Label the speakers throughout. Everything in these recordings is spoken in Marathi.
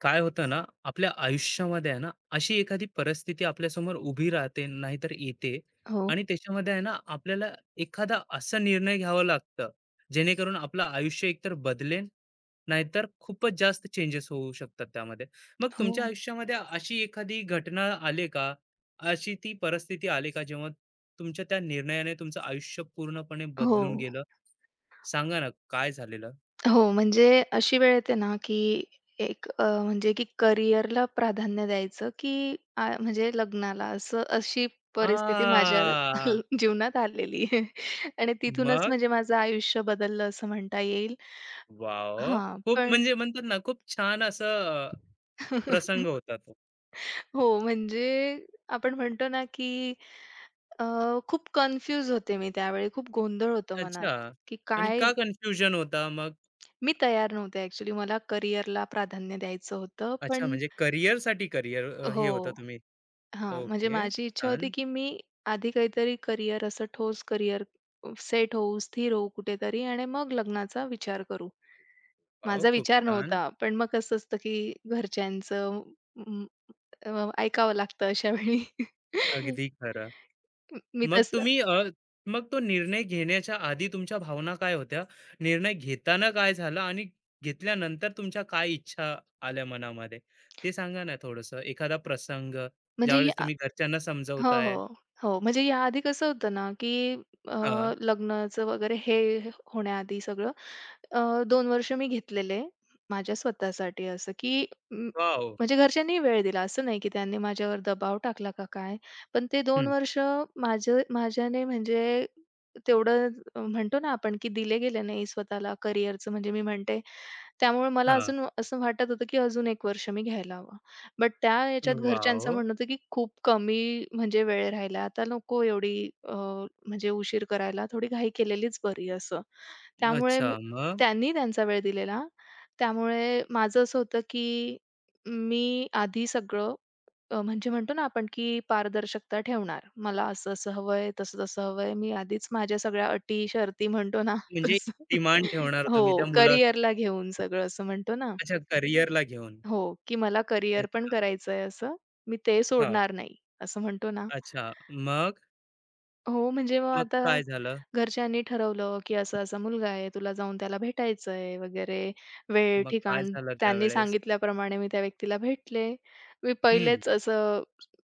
Speaker 1: काय होतं ना आपल्या आयुष्यामध्ये आहे ना अशी एखादी परिस्थिती आपल्यासमोर उभी राहते नाहीतर येते.
Speaker 2: हो,
Speaker 1: आणि त्याच्यामध्ये आहे ना आपल्याला एखादा असा निर्णय घ्यावा लागतं जेणेकरून आपलं आयुष्य एकतर बदलेल नाहीतर खूपच जास्त चेंजेस होऊ शकतात त्यामध्ये. मग
Speaker 2: हो,
Speaker 1: तुमच्या आयुष्यामध्ये अशी एखादी घटना आली का? अशी ती परिस्थिती आली का जेव्हा तुमच्या त्या निर्णयाने तुमचं आयुष्य पूर्णपणे
Speaker 2: हो,
Speaker 1: बदलून गेलं? सांगा ना काय झालेलं.
Speaker 2: हो. म्हणजे अशी वेळ येते ना, की एक म्हणजे की करिअरला प्राधान्य द्यायचं, की म्हणजे लग्नाला असं अशी परिस्थिती माझ्या
Speaker 1: आ.
Speaker 2: जीवनात आलेली आहे. आणि तिथूनच
Speaker 1: मग
Speaker 2: म्हणजे माझं आयुष्य बदललं असं म्हणता येईल.
Speaker 1: वॉव!
Speaker 2: हां,
Speaker 1: खूप
Speaker 2: पण
Speaker 1: म्हणजे म्हणतात ना, खूप छान असं प्रसंग होता तो.
Speaker 2: हो, म्हणजे आपण म्हणतो ना, की अ, खूप कन्फ्यूज होते मी त्यावेळी. खूप गोंधळ होतो मनात,
Speaker 1: अच्छा.
Speaker 2: की
Speaker 1: आणि
Speaker 2: काय
Speaker 1: का कन्फ्युजन होता मग?
Speaker 2: मी तयार नव्हते ॲक्चुअली. मला करिअरला प्राधान्य द्यायचं होतं.
Speaker 1: अच्छा,
Speaker 2: पण
Speaker 1: म्हणजे करिअरसाठी करिअर हे होता
Speaker 2: हो.
Speaker 1: तुम्ही.
Speaker 2: हां, म्हणजे
Speaker 1: ओके.
Speaker 2: माझी इच्छा होती,
Speaker 1: छान.
Speaker 2: की मी आधी काहीतरी करिअर असं ठोस करिअर सेट होऊ, स्थिर होऊ कुठेतरी आणि मग लग्नाचा विचार करू.
Speaker 1: वॉव!
Speaker 2: माझा
Speaker 1: खूप
Speaker 2: विचार
Speaker 1: छान.
Speaker 2: नव्हता. पण मग कसं असतं, की घरच्यांचं अं, ऐकावं लागतं अशा वेळी.
Speaker 1: अगदी खरं.
Speaker 2: मी
Speaker 1: मग
Speaker 2: तसं
Speaker 1: तुम्ही मग तो निर्णय घेण्याच्या आधी तुमच्या भावना काय होत्या? निर्णय घेताना काय झालं आणि घेतल्यानंतर तुमच्या काय इच्छा आल्या मनामध्ये? ते सांगा ना थोडंसं. एखादा प्रसंग
Speaker 2: म्हणजे
Speaker 1: ज्यावेळेस
Speaker 2: या
Speaker 1: तुम्ही घरच्यांना
Speaker 2: हो,
Speaker 1: समजवताय?
Speaker 2: हो. हो, म्हणजे याआधी कसं होतं ना, की अ,
Speaker 1: हां.
Speaker 2: लग्नाचं वगैरे हे होण्याआधी सगळं 2 वर्ष मी घेतलेले माझ्या स्वतःसाठी असं, की म
Speaker 1: वॉव!
Speaker 2: म्हणजे घरच्यांनी वेळ दिला. असं नाही, की त्यांनी माझ्यावर दबाव टाकला का काय. पण ते 2 वर्ष माझं माझ्याने म्हणजे तेवढं म्हणतो ना आपण, की दिले गेले नाही स्वतःला करिअरचं म्हणजे मी म्हणते. त्यामुळे मला
Speaker 1: हां.
Speaker 2: अजून असं वाटत होतं, की अजून 1 वर्ष मी घ्यायला हवं. बट त्या ह्याच्यात घरच्यांचं
Speaker 1: वॉव!
Speaker 2: म्हणणं होतं, की खूप कमी म्हणजे वेळ राहिला. आता नको एवढी अ, म्हणजे उशीर करायला. थोडी घाई केलेलीच बरी असं. त्यामुळे
Speaker 1: अच्छा
Speaker 2: मी
Speaker 1: मग?
Speaker 2: त्यांनी त्यांचा वेळ दिलेला. त्यामुळे माझं असं होतं, की मी आधी सगळं म्हणजे म्हणतो ना आपण, की पारदर्शकता ठेवणार. मला असं-असं हवंय, तसं-तसं हवंय. मी आधीच माझ्या सगळ्या अटी, शर्ती म्हणतो ना
Speaker 1: म्हणजे
Speaker 2: तसं.
Speaker 1: डिमांड ठेवणार
Speaker 2: हो,
Speaker 1: तुम्ही त्या मुला.
Speaker 2: करिअरला घेऊन सगळं असं म्हणतो ना.
Speaker 1: अच्छा, करियरला घेऊन.
Speaker 2: हो, की मला करिअर पण
Speaker 1: अच्छा.
Speaker 2: करायचंय असं. मी ते
Speaker 1: हां.
Speaker 2: सोडणार नाही, असं म्हणतो ना.
Speaker 1: अच्छा. मग?
Speaker 2: हो, म्हणजे मग
Speaker 1: मग
Speaker 2: आता
Speaker 1: काय झालं?
Speaker 2: घरच्यांनी ठरवलं, की असा-असा मुलगा आहे, तुला जाऊन त्याला भेटायचंय वगैरे. वेळ,
Speaker 1: मग काय
Speaker 2: ठिकाण
Speaker 1: झालं
Speaker 2: त्यांनी
Speaker 1: त्यावेळेस?
Speaker 2: सांगितल्याप्रमाणे मी त्या व्यक्तीला भेटले. मी
Speaker 1: हं.
Speaker 2: पहिलेच असं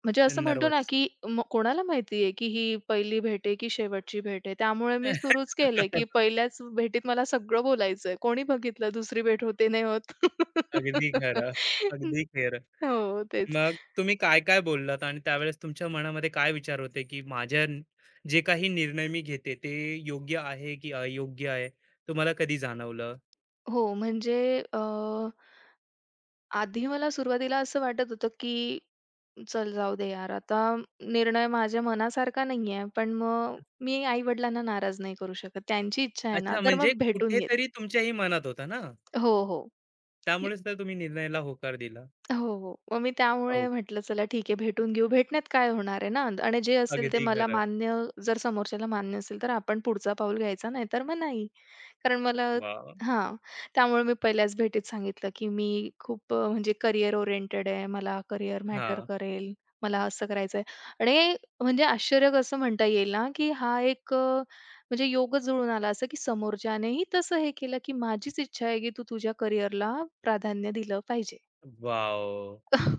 Speaker 2: म्हणजे
Speaker 1: ते
Speaker 2: असं म्हणतो ना, की कोणाला माहिती आहे, की ही पहिली भेट आहे, की शेवटची भेट आहे. त्यामुळे मी सुरूच केलं, की पहिल्याच भेटीत मला सगळं बोलायचंय. कोणी बघितलं दुसरी भेट होते, नाही होत.
Speaker 1: अगदी खरं. अगदी खरं.
Speaker 2: हो, तेच.
Speaker 1: मग तुम्ही काय, काय बोललात आणि त्यावेळेस तुमच्या मनामध्ये काय विचार होते, की माझ्या न- जे काही निर्णय मी घेते ते योग्य आहे की अयोग्य आहे? तुम्हाला कधी जाणवलं?
Speaker 2: हो, म्हणजे आधी मला सुरुवातीला असं वाटत होतं, की चल जाऊ दे यार, आता निर्णय माझ्या मनासारखा नाहीये, पण मग मी आई-वडिलांना नाराज नाही करू शकत. त्यांची इच्छा आहे ना,
Speaker 1: अच्छा,
Speaker 2: तर
Speaker 1: म्हणजे
Speaker 2: मग भेटून घेते.
Speaker 1: कुठेतरी तुमच्याही मनात होतं ना?
Speaker 2: हो, हो.
Speaker 1: त्यामुळेच तर तुम्ही निर्णयाला होकार दिला.
Speaker 2: हो, हो. मग मी
Speaker 1: हो,
Speaker 2: त्यामुळे म्हटलं चला ठीक आहे भेटून घेऊ. भेटण्यात काय होणार आहे ना आणि जे असेल ते
Speaker 1: अगदी
Speaker 2: मला
Speaker 1: खरं.
Speaker 2: मान्य जर समोरच्याला मान्य असेल तर आपण पुढचा पाऊल घ्यायचा नाहीतर मग नाही. कारण मला
Speaker 1: वाह!
Speaker 2: हां. त्यामुळे मी पहिल्याच भेटीत सांगितलं, की मी खूप म्हणजे करियर ओरिएंटेड आहे. मला करियर मॅटर
Speaker 1: हां.
Speaker 2: करेल. मला असं करायचंय आणि म्हणजे आश्चर्य कसं म्हणता येईल ना, की हा एक म्हणजे योगच जुळून आला असं, की समोरच्यानेही तसं हे केलं, की माझीच इच्छा आहे, की तू तुझ्या करियरला प्राधान्य दिलं पाहिजे.
Speaker 1: वॉव!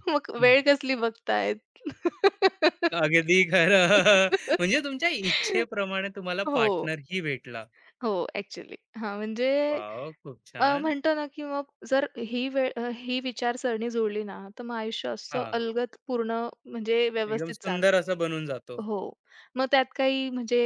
Speaker 2: मग
Speaker 1: हं.
Speaker 2: वेळ कसली बघतायत?
Speaker 1: अगदी खरं. म्हणजे तुमच्या इच्छेप्रमाणे तुम्हाला
Speaker 2: हो,
Speaker 1: पार्टनरही भेटला.
Speaker 2: हो, ॲक्चुअली. हां, म्हणजे
Speaker 1: वॉव! खूप छान.
Speaker 2: म्हणतो ना, की मग जर ही वेळ ही विचारसरणी जुळली ना, तर मग आयुष्य असं
Speaker 1: हां,
Speaker 2: अलगद पूर्ण म्हणजे
Speaker 1: एकदम
Speaker 2: व्यवस्थित चालतं.
Speaker 1: सुंदर असा बनून जातो.
Speaker 2: हो, मग त्यात काही म्हणजे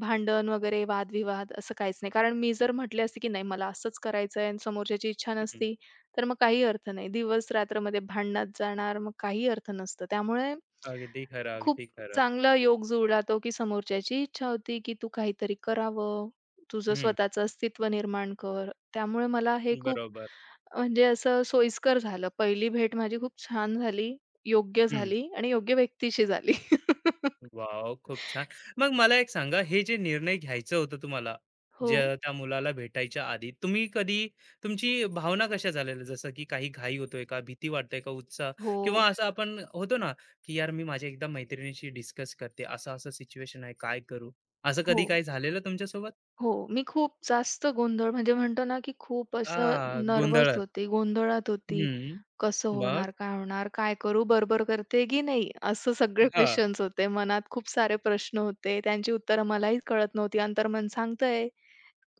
Speaker 2: भांडण वगैरे वाद-विवाद असं काहीच नाही. कारण मी जर म्हटले असते, की नाही मला असंच करायचंय आणि समोरच्याची इच्छा
Speaker 1: हं.
Speaker 2: नसती, तर मग काही अर्थ नाही. दिवस-रात्रमध्ये भांडणात जाणार, मग काही अर्थ नसतं. त्यामुळे
Speaker 1: अगदी खरं,
Speaker 2: खूप
Speaker 1: अगदी खरं.
Speaker 2: चांगला योग जुळला तो, की समोरच्याची इच्छा होती, की तू काहीतरी करावं, तुझं
Speaker 1: हं,
Speaker 2: स्वतःचं अस्तित्व निर्माण कर. त्यामुळे मला हे खूप
Speaker 1: बरोबर.
Speaker 2: म्हणजे असं सोयीस्कर झालं. पहिली भेट माझी खूप छान झाली, योग्य
Speaker 1: हं.
Speaker 2: झाली आणि योग्य व्यक्तीशी झाली.
Speaker 1: वॉव! खूप छान. मग मला एक सांगा, हे जे निर्णय घ्यायचं होतं तुम्हाला,
Speaker 2: हो.
Speaker 1: ज्या त्या मुलाला भेटायच्या आधी, तुम्ही कधी तुमची भावना कशा झालेल्या? जसं की काही घाई होतोय का? भीती वाटते का? उत्साह? किंवा
Speaker 2: हो,
Speaker 1: असं आपण होतो ना, की यार मी माझ्या एकदा मैत्रिणीशी डिस्कस करते, असं-असं सिच्युएशन आहे, काय करू? असं
Speaker 2: हो.
Speaker 1: कधी काय झालेलं तुमच्यासोबत?
Speaker 2: हो, मी खूप जास्त गोंधळ म्हणजे म्हणतो ना, की खूप असं नर्व्हस
Speaker 1: गोंधळात.
Speaker 2: होते, गोंधळात होती.
Speaker 1: हं.
Speaker 2: कसं
Speaker 1: मग?
Speaker 2: होणार? काय होणार? काय करू? बरोबर करते की नाही? असं सगळे
Speaker 1: हां.
Speaker 2: क्वेशन्स होते. मनात खूप सारे प्रश्न होते. त्यांची उत्तरं मलाही कळत नव्हती. अंतर्मन सांगतंय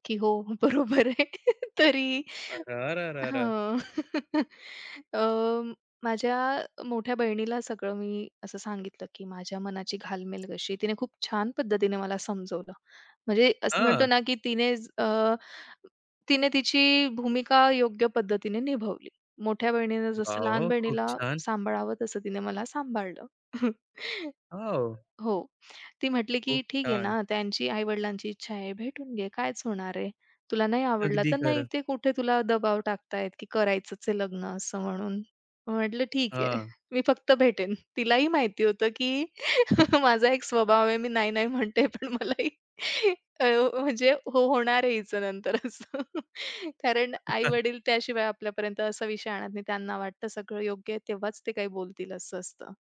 Speaker 2: की हो, बरोबर आहे. तरी
Speaker 1: अररररर!
Speaker 2: हां. अ, माझ्या मोठ्या बहिणीला सगळं मी असं सांगितलं, की माझ्या मनाची घालमेल कशी. तिने खूप छान पद्धतीने मला समजवलं. म्हणजे असं
Speaker 1: हां.
Speaker 2: म्हणतो ना, की तिने तिची भूमिका योग्य पद्धतीने निभावली. मोठ्या बहिणीनं जसं लहान
Speaker 1: वॉव! खूप
Speaker 2: बहिणीला
Speaker 1: छान.
Speaker 2: सांभाळावं, तसं तिने मला सांभाळलं.
Speaker 1: हो,
Speaker 2: हो. ती म्हटली, की
Speaker 1: खूप
Speaker 2: "ठीक आहे
Speaker 1: छान.
Speaker 2: ना, त्यांची आई-वडिलांची इच्छा आहे, भेटून घे. कायच होणार आहे? तुला नाही आवडला
Speaker 1: अगदी
Speaker 2: तर नाही.
Speaker 1: खरं.
Speaker 2: ते कुठे तुला दबाव टाकतायत, की करायचंच आहे लग्न असं म्हणून." मग म्हटलं, "ठीक आहे.
Speaker 1: हां.
Speaker 2: मी फक्त भेटेन." तिलाही माहिती होतं, की माझा एक स्वभाव आहे. मी नाही-नाही म्हणते, पण मलाही अ, म्हणजे हो होणार आहे हिचं नंतर असं. कारण आई-वडील त्याशिवाय आपल्यापर्यंत असा विषय आणत नाही. त्यांना वाटतं सगळं योग्य आहे, तेव्हाच ते काही बोलतील असं असतं.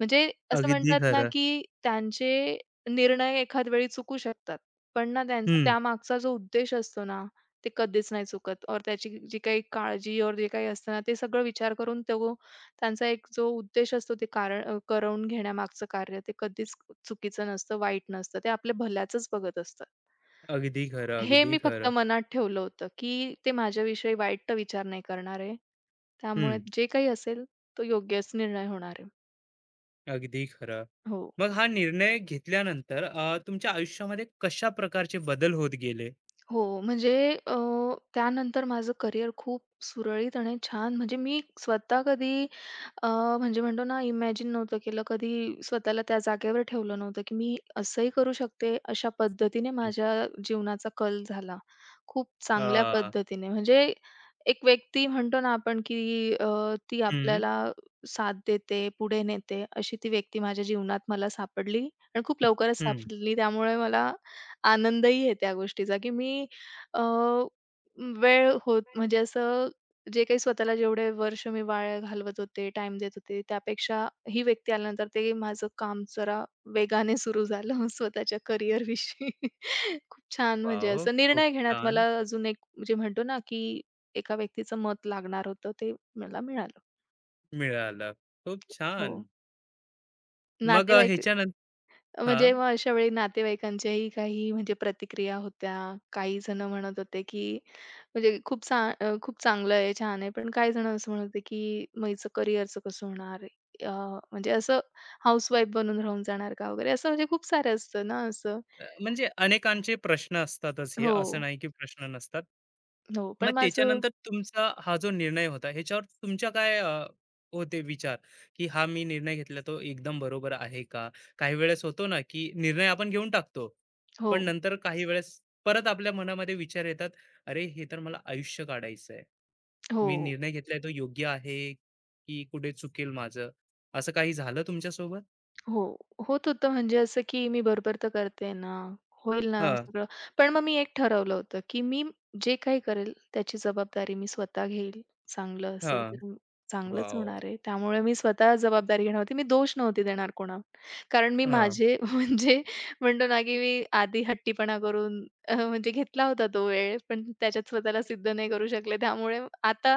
Speaker 2: म्हणजे असं
Speaker 1: अगदी
Speaker 2: म्हणतात ना,
Speaker 1: खरं.
Speaker 2: की त्यांचे निर्णय एखाद वेळी चुकू शकतात. पण ना त्यांचा
Speaker 1: हं.
Speaker 2: त्यामागचा जो उद्देश असतो ना, ते कधीच नाही चुकत और त्याची जी काही काळजी और जे काही असतं ना, ते सगळं विचार करून तो त्यांचा एक जो उद्देश असतो ते कारण करवून घेण्यामागचं कार्य ते कधीच चुकीचं नसतं, वाईट नसतं. ते आपल्या भल्याचंच बघत असतात.
Speaker 1: अगदी खरं,
Speaker 2: हे
Speaker 1: अगदी
Speaker 2: मी फक्त
Speaker 1: खरं.
Speaker 2: मनात ठेवलं होतं, की ते माझ्याविषयी वाईट विचार नाही करणार आहे. त्यामुळे
Speaker 1: हं.
Speaker 2: जे काही असेल तो योग्यच निर्णय होणार आहे.
Speaker 1: अगदी खरं.
Speaker 2: हो.
Speaker 1: मग हा निर्णय घेतल्यानंतर तुमच्या आयुष्यामध्ये कशा प्रकारचे बदल होत गेले?
Speaker 2: हो, म्हणजे अ, त्यानंतर माझं करिअर खूप सुरळीत आणि छान म्हणजे मी स्वतः कधी अ, म्हणजे म्हणतो ना इमॅजिन नव्हतं केलं. कधी स्वतःला त्या जागेवर ठेवलं नव्हतं, की मी असंही करू शकते. अशा पद्धतीने
Speaker 1: हं.
Speaker 2: माझ्या जीवनाचा कल झाला. खूप चांगल्या
Speaker 1: अ,
Speaker 2: पद्धतीने. म्हणजे एक व्यक्ती म्हणतो ना आपण, की ती
Speaker 1: हं,
Speaker 2: आपल्याला साथ देते, पुढे नेते, अशी ती व्यक्ती माझ्या जीवनात मला सापडली आणि खूप लवकरच
Speaker 1: हं.
Speaker 2: सापडली. त्यामुळे मला आनंदही आहे त्या गोष्टीचा, की मी अ, वेळ होत म्हणजे असं जे काही स्वतःला जेवढे वर्ष मी वाया घालवत होते, टाइम देत होते, त्यापेक्षा ही व्यक्ती आल्यानंतर ते माझं काम जरा वेगाने सुरू झालं स्वतःच्या करिअरविषयी. खूप छान म्हणजे
Speaker 1: वॉव!
Speaker 2: असं
Speaker 1: खूप
Speaker 2: निर्णय घेण्यात
Speaker 1: छान
Speaker 2: मला अजून एक जे म्हणतो ना, की एका व्यक्तीचं मत लागणार होतं, ते मला मिळालं.
Speaker 1: मिळालं. खूप छान.
Speaker 2: हो.
Speaker 1: मग
Speaker 2: नातेवाईक
Speaker 1: ह्याच्यानंतर हां.
Speaker 2: म्हणजे मग अशा वेळी नातेवाईकांच्याही काही म्हणजे प्रतिक्रिया होत्या. काही जण म्हणत होते, की म्हणजे खूप चांगलं आहे, छान आहे. पण काही जण असं म्हणत होते, की "मग हिचं करिअरचं कसं होणार? अ, म्हणजे असं हाउसवाईफ बनून राहून जाणार का?" वगैरे असं म्हणजे खूप सारं असतं ना असं.
Speaker 1: म्हणजे अनेकांचे प्रश्न असतातच हे, असं
Speaker 2: हो,
Speaker 1: नाही की प्रश्न नसतात.
Speaker 2: हो. पण
Speaker 1: मग
Speaker 2: माझं
Speaker 1: त्याच्यानंतर तुमचा हा जो निर्णय होता, ह्याच्यावर तुमच्या काय होते विचार, की हा मी निर्णय घेतला तो एकदम बरोबर आहे का? काही वेळेस होतो ना, की निर्णय आपण घेऊन टाकतो.
Speaker 2: हो,
Speaker 1: पण नंतर काही वेळेस परत आपल्या मनामध्ये विचार येतात, "अरे, हे तर मला आयुष्य काढायचं आहे.
Speaker 2: हो.
Speaker 1: मी निर्णय घेतलाय तो योग्य आहे, की कुठे चुकेल माझं?" असं काही झालं तुमच्यासोबत?
Speaker 2: हो, होत होतं म्हणजे असं, की मी बरोबर तर करते ना, होईल ना
Speaker 1: हां,
Speaker 2: सगळं. पण मग मी एक ठरवलं होतं, की मी जे काही करेल त्याची जबाबदारी मी स्वतः घेईल. चांगलं असेल
Speaker 1: हां.
Speaker 2: तर म- चांगलंच
Speaker 1: वॉव!
Speaker 2: होणार आहे. त्यामुळे मी स्वतः जबाबदारी घेणार होती. मी दोष नव्हते देणार कोणावर. कारण मी माझे म्हणजे म्हणतो ना, की मी आधी हट्टीपणा करून म्हणजे घेतला होता तो वेळ, पण त्याच्यात स्वतःला सिद्ध नाही करू शकले. त्यामुळे आता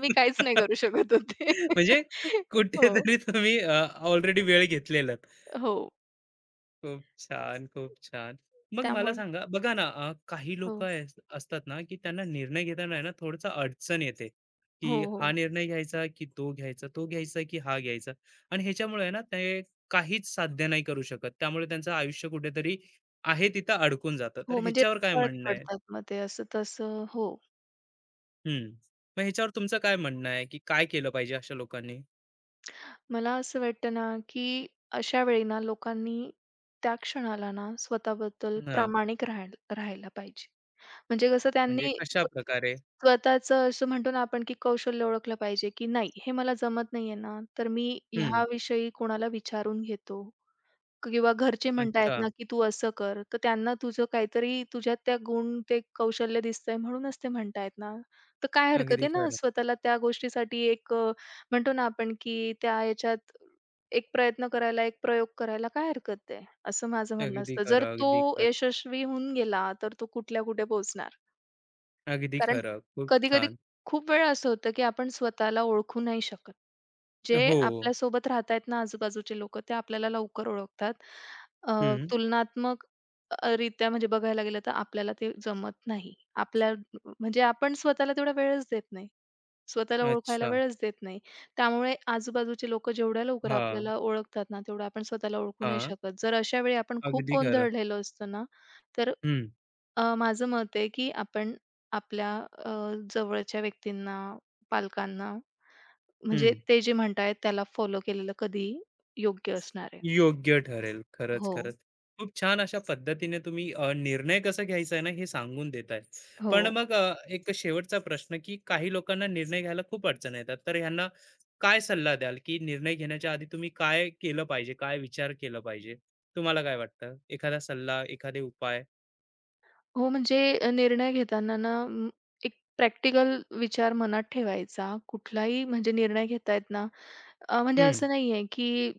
Speaker 2: मी काहीच नाही करू शकत होते.
Speaker 1: म्हणजे
Speaker 2: हो,
Speaker 1: कुठेतरी तुम्ही ऑलरेडी वेळ घेतलेलात.
Speaker 2: हो.
Speaker 1: खूप छान, खूप छान. मग मला
Speaker 2: त्यामुळे
Speaker 1: सांगा, बघा ना काही
Speaker 2: हो.
Speaker 1: लोकं असतात ना, की त्यांना निर्णय घेताना आहे ना थोडंसं अडचण येते, की
Speaker 2: हो,
Speaker 1: हा
Speaker 2: हो.
Speaker 1: निर्णय घ्यायचा, की तो घ्यायचा, तो घ्यायचा, की हा घ्यायचा. आणि ह्याच्यामुळे आहे ना ते काहीच साध्य नाही करू शकत. त्यामुळे त्यांचं आयुष्य कुठेतरी आहे तिथं अडकून जातं. तर
Speaker 2: हो, म्हणजे
Speaker 1: ह्याच्यावर काय
Speaker 2: गळत
Speaker 1: म्हणणं आहे?
Speaker 2: पडतात मग ते असं-तसं. हो.
Speaker 1: हं. मग ह्याच्यावर तुमचं काय म्हणणं आहे, की काय केलं पाहिजे अशा लोकांनी?
Speaker 2: मला असं वाटतं ना, की अशा वेळी ना लोकांनी त्या क्षणाला ना स्वतःबद्दल
Speaker 1: हां,
Speaker 2: प्रामाणिक राहायला राहायला पाहिजे. म्हणजे कसं
Speaker 1: म्हणजे
Speaker 2: त्यांनी स्व
Speaker 1: कशाप्रकारे?
Speaker 2: स्वतःचं असं म्हणतो ना आपण, की कौशल्य ओळखलं पाहिजे, की नाही हे मला जमत नाहीये ना, तर मी
Speaker 1: हं.
Speaker 2: ह्याविषयी कोणाला विचारून घेतो किंवा घरचे हं. म्हणतायत
Speaker 1: अच्छा.
Speaker 2: ना, की तू असं कर, तर त्यांना तुझं काहीतरी तुझ्यात त्या गुण, ते कौशल्य दिसतंय म्हणूनच ते म्हणतायत ना. तर काय हरकत
Speaker 1: अगदी
Speaker 2: आहे ना
Speaker 1: खरं.
Speaker 2: स्वतःला त्या गोष्टीसाठी एक म्हणतो ना आपण, की त्या याच्यात एक प्रयत्न करायला, एक प्रयोग करायला काय हरकत आहे? असं माझं म्हणणं
Speaker 1: अगदी
Speaker 2: असतं. जर
Speaker 1: खरं, अगदी
Speaker 2: तो
Speaker 1: खरं.
Speaker 2: यशस्वी होऊन गेला, तर तो कुठल्या कुठे पोहोचणार.
Speaker 1: अगदी
Speaker 2: कारण
Speaker 1: खरं. खूप
Speaker 2: कधी-कधी
Speaker 1: छान.
Speaker 2: खूप वेळा असं होतं, की आपण स्वतःला ओळखू नाही शकत. जे
Speaker 1: हो.
Speaker 2: आपल्यासोबत राहतायत ना आजूबाजूचे लोकं, ते आपल्याला लवकर ओळखतात. अ,
Speaker 1: हं.
Speaker 2: तुलनात्मक रित्या म्हणजे बघायला गेलं तर आपल्याला ते जमत नाही. आपल्या म्हणजे आपण स्वतःला तेवढा वेळच देत नाही. स्वतःला ओळखायला
Speaker 1: अच्छा.
Speaker 2: वेळच देत नाही. त्यामुळे आजूबाजूचे लोकं जेवढ्या लवकर
Speaker 1: हां,
Speaker 2: आपल्याला ओळखतात ना, तेवढं आपण स्वतःला ओळखू नाही
Speaker 1: हां.
Speaker 2: शकत. जर अशा वेळी आपण खूप
Speaker 1: अगदी खरं.
Speaker 2: गोंधळलेलो असतो ना, तर
Speaker 1: हं,
Speaker 2: माझं मत आहे, की आपण आपल्या अ, जवळच्या व्यक्तींना, पालकांना म्हणजे
Speaker 1: हं.
Speaker 2: ते जे म्हणतायत त्याला फॉलो केलेलं कधीही योग्य असणार आहे.
Speaker 1: योग्य ठरेल. खरंच,
Speaker 2: हो,
Speaker 1: खरंच. खूप छान अशा पद्धतीने तुम्ही निर्णय कसा घ्यायचा आहे ना, हे सांगून देताय.
Speaker 2: हो.
Speaker 1: पण मग एक शेवटचा प्रश्न, की काही लोकांना निर्णय घ्यायला खूप अडचणी येतात. तर ह्यांना काय सल्ला द्याल, की निर्णय घेण्याच्या आधी तुम्ही काय केलं पाहिजे? काय विचार केला पाहिजे? तुम्हाला काय वाटतं? एखादा सल्ला, एखादे उपाय?
Speaker 2: हो, म्हणजे निर्णय घेताना ना एक प्रॅक्टिकल विचार मनात ठेवायचा. कुठलाही म्हणजे निर्णय घेतायत ना म्हणजे
Speaker 1: हं,
Speaker 2: असं नाहीये, की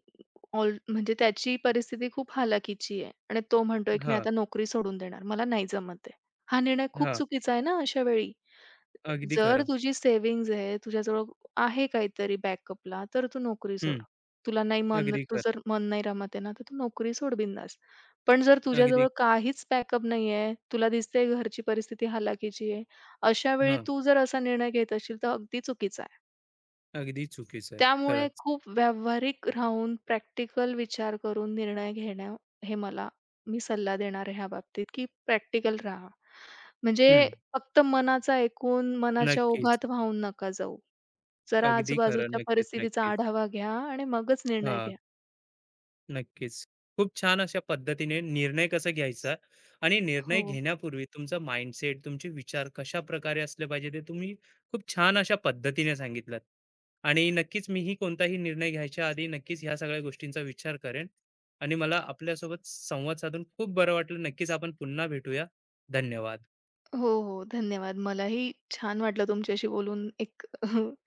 Speaker 2: ऑल म्हणजे त्याची परिस्थिती खूप हालाकीची आहे आणि तो म्हणतोय, की "मी
Speaker 1: हां,
Speaker 2: आता नोकरी सोडून देणार. मला नाही जमत आहे." हा निर्णय खूप
Speaker 1: हां.
Speaker 2: चुकीचा आहे ना अशा वेळी.
Speaker 1: अगदी
Speaker 2: जर
Speaker 1: खरं.
Speaker 2: तुझी सेव्हिंग्ज आहे, तुझ्याजवळ आहे काहीतरी बॅकअपला, तर तू नोकरी सोड.
Speaker 1: हं,
Speaker 2: तुला नाही मन
Speaker 1: अगदी
Speaker 2: तू
Speaker 1: खरं.
Speaker 2: जर मन नाही रमत आहे ना, तर तू नोकरी सोड बिंदास. पण जर
Speaker 1: अगदी
Speaker 2: तुझ्याजवळ काहीच बॅकअप नाहीये, तुला दिसतंय घरची परिस्थिती हलाखीची आहे, अशा वेळी
Speaker 1: हां,
Speaker 2: तू जर असा निर्णय घेत असशील, तर अगदी चुकीचा आहे.
Speaker 1: अगदी चुकीचं आहे.
Speaker 2: त्यामुळे
Speaker 1: खरंच.
Speaker 2: खूप व्यावहारिक राहून प्रॅक्टिकल विचार करून निर्णय घेणं हे मला मी सल्ला देणार आहे ह्या बाबतीत, की प्रॅक्टिकल राहा. म्हणजे
Speaker 1: हं,
Speaker 2: फक्त मनाचा ऐकून मनाच्या
Speaker 1: नक्कीच.
Speaker 2: ओघात वाहून नका जाऊ. जरा
Speaker 1: अगदी खरं.
Speaker 2: आजूबाजूच्या
Speaker 1: नक्कीच,
Speaker 2: परिस्थितीचा
Speaker 1: नक्कीच.
Speaker 2: आढावा घ्या आणि मगच निर्णय
Speaker 1: हां.
Speaker 2: घ्या.
Speaker 1: नक्कीच. खूप छान अशा पद्धतीने निर्णय कसा घ्यायचा आणि निर्णय
Speaker 2: हो.
Speaker 1: घेण्यापूर्वी तुमचा माइंडसेट, तुमचे विचार कशाप्रकारे असले पाहिजे ते तुम्ही खूप छान अशा पद्धतीने सांगितलंत. आणि नक्कीच मीही कोणताही निर्णय घ्यायच्या आधी नक्कीच ह्या सगळ्या गोष्टींचा विचार करेन. आणि मला आपल्यासोबत संवाद साधून खूप बरं वाटलं. नक्कीच आपण पुन्हा भेटूया. धन्यवाद.
Speaker 2: हो, हो. धन्यवाद. मलाही छान वाटलं तुमच्याशी बोलून एक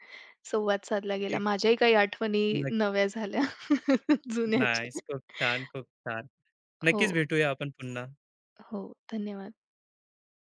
Speaker 2: संवाद साधला गेला.
Speaker 1: एक
Speaker 2: माझ्याही काही आठवणी
Speaker 1: नक्क
Speaker 2: नव्या झाल्या
Speaker 1: नाईस.
Speaker 2: जुन्याच्या.
Speaker 1: खूप छान, खूप छान.
Speaker 2: हो,
Speaker 1: नक्कीच भेटूया आपण पुन्हा.
Speaker 2: हो. धन्यवाद.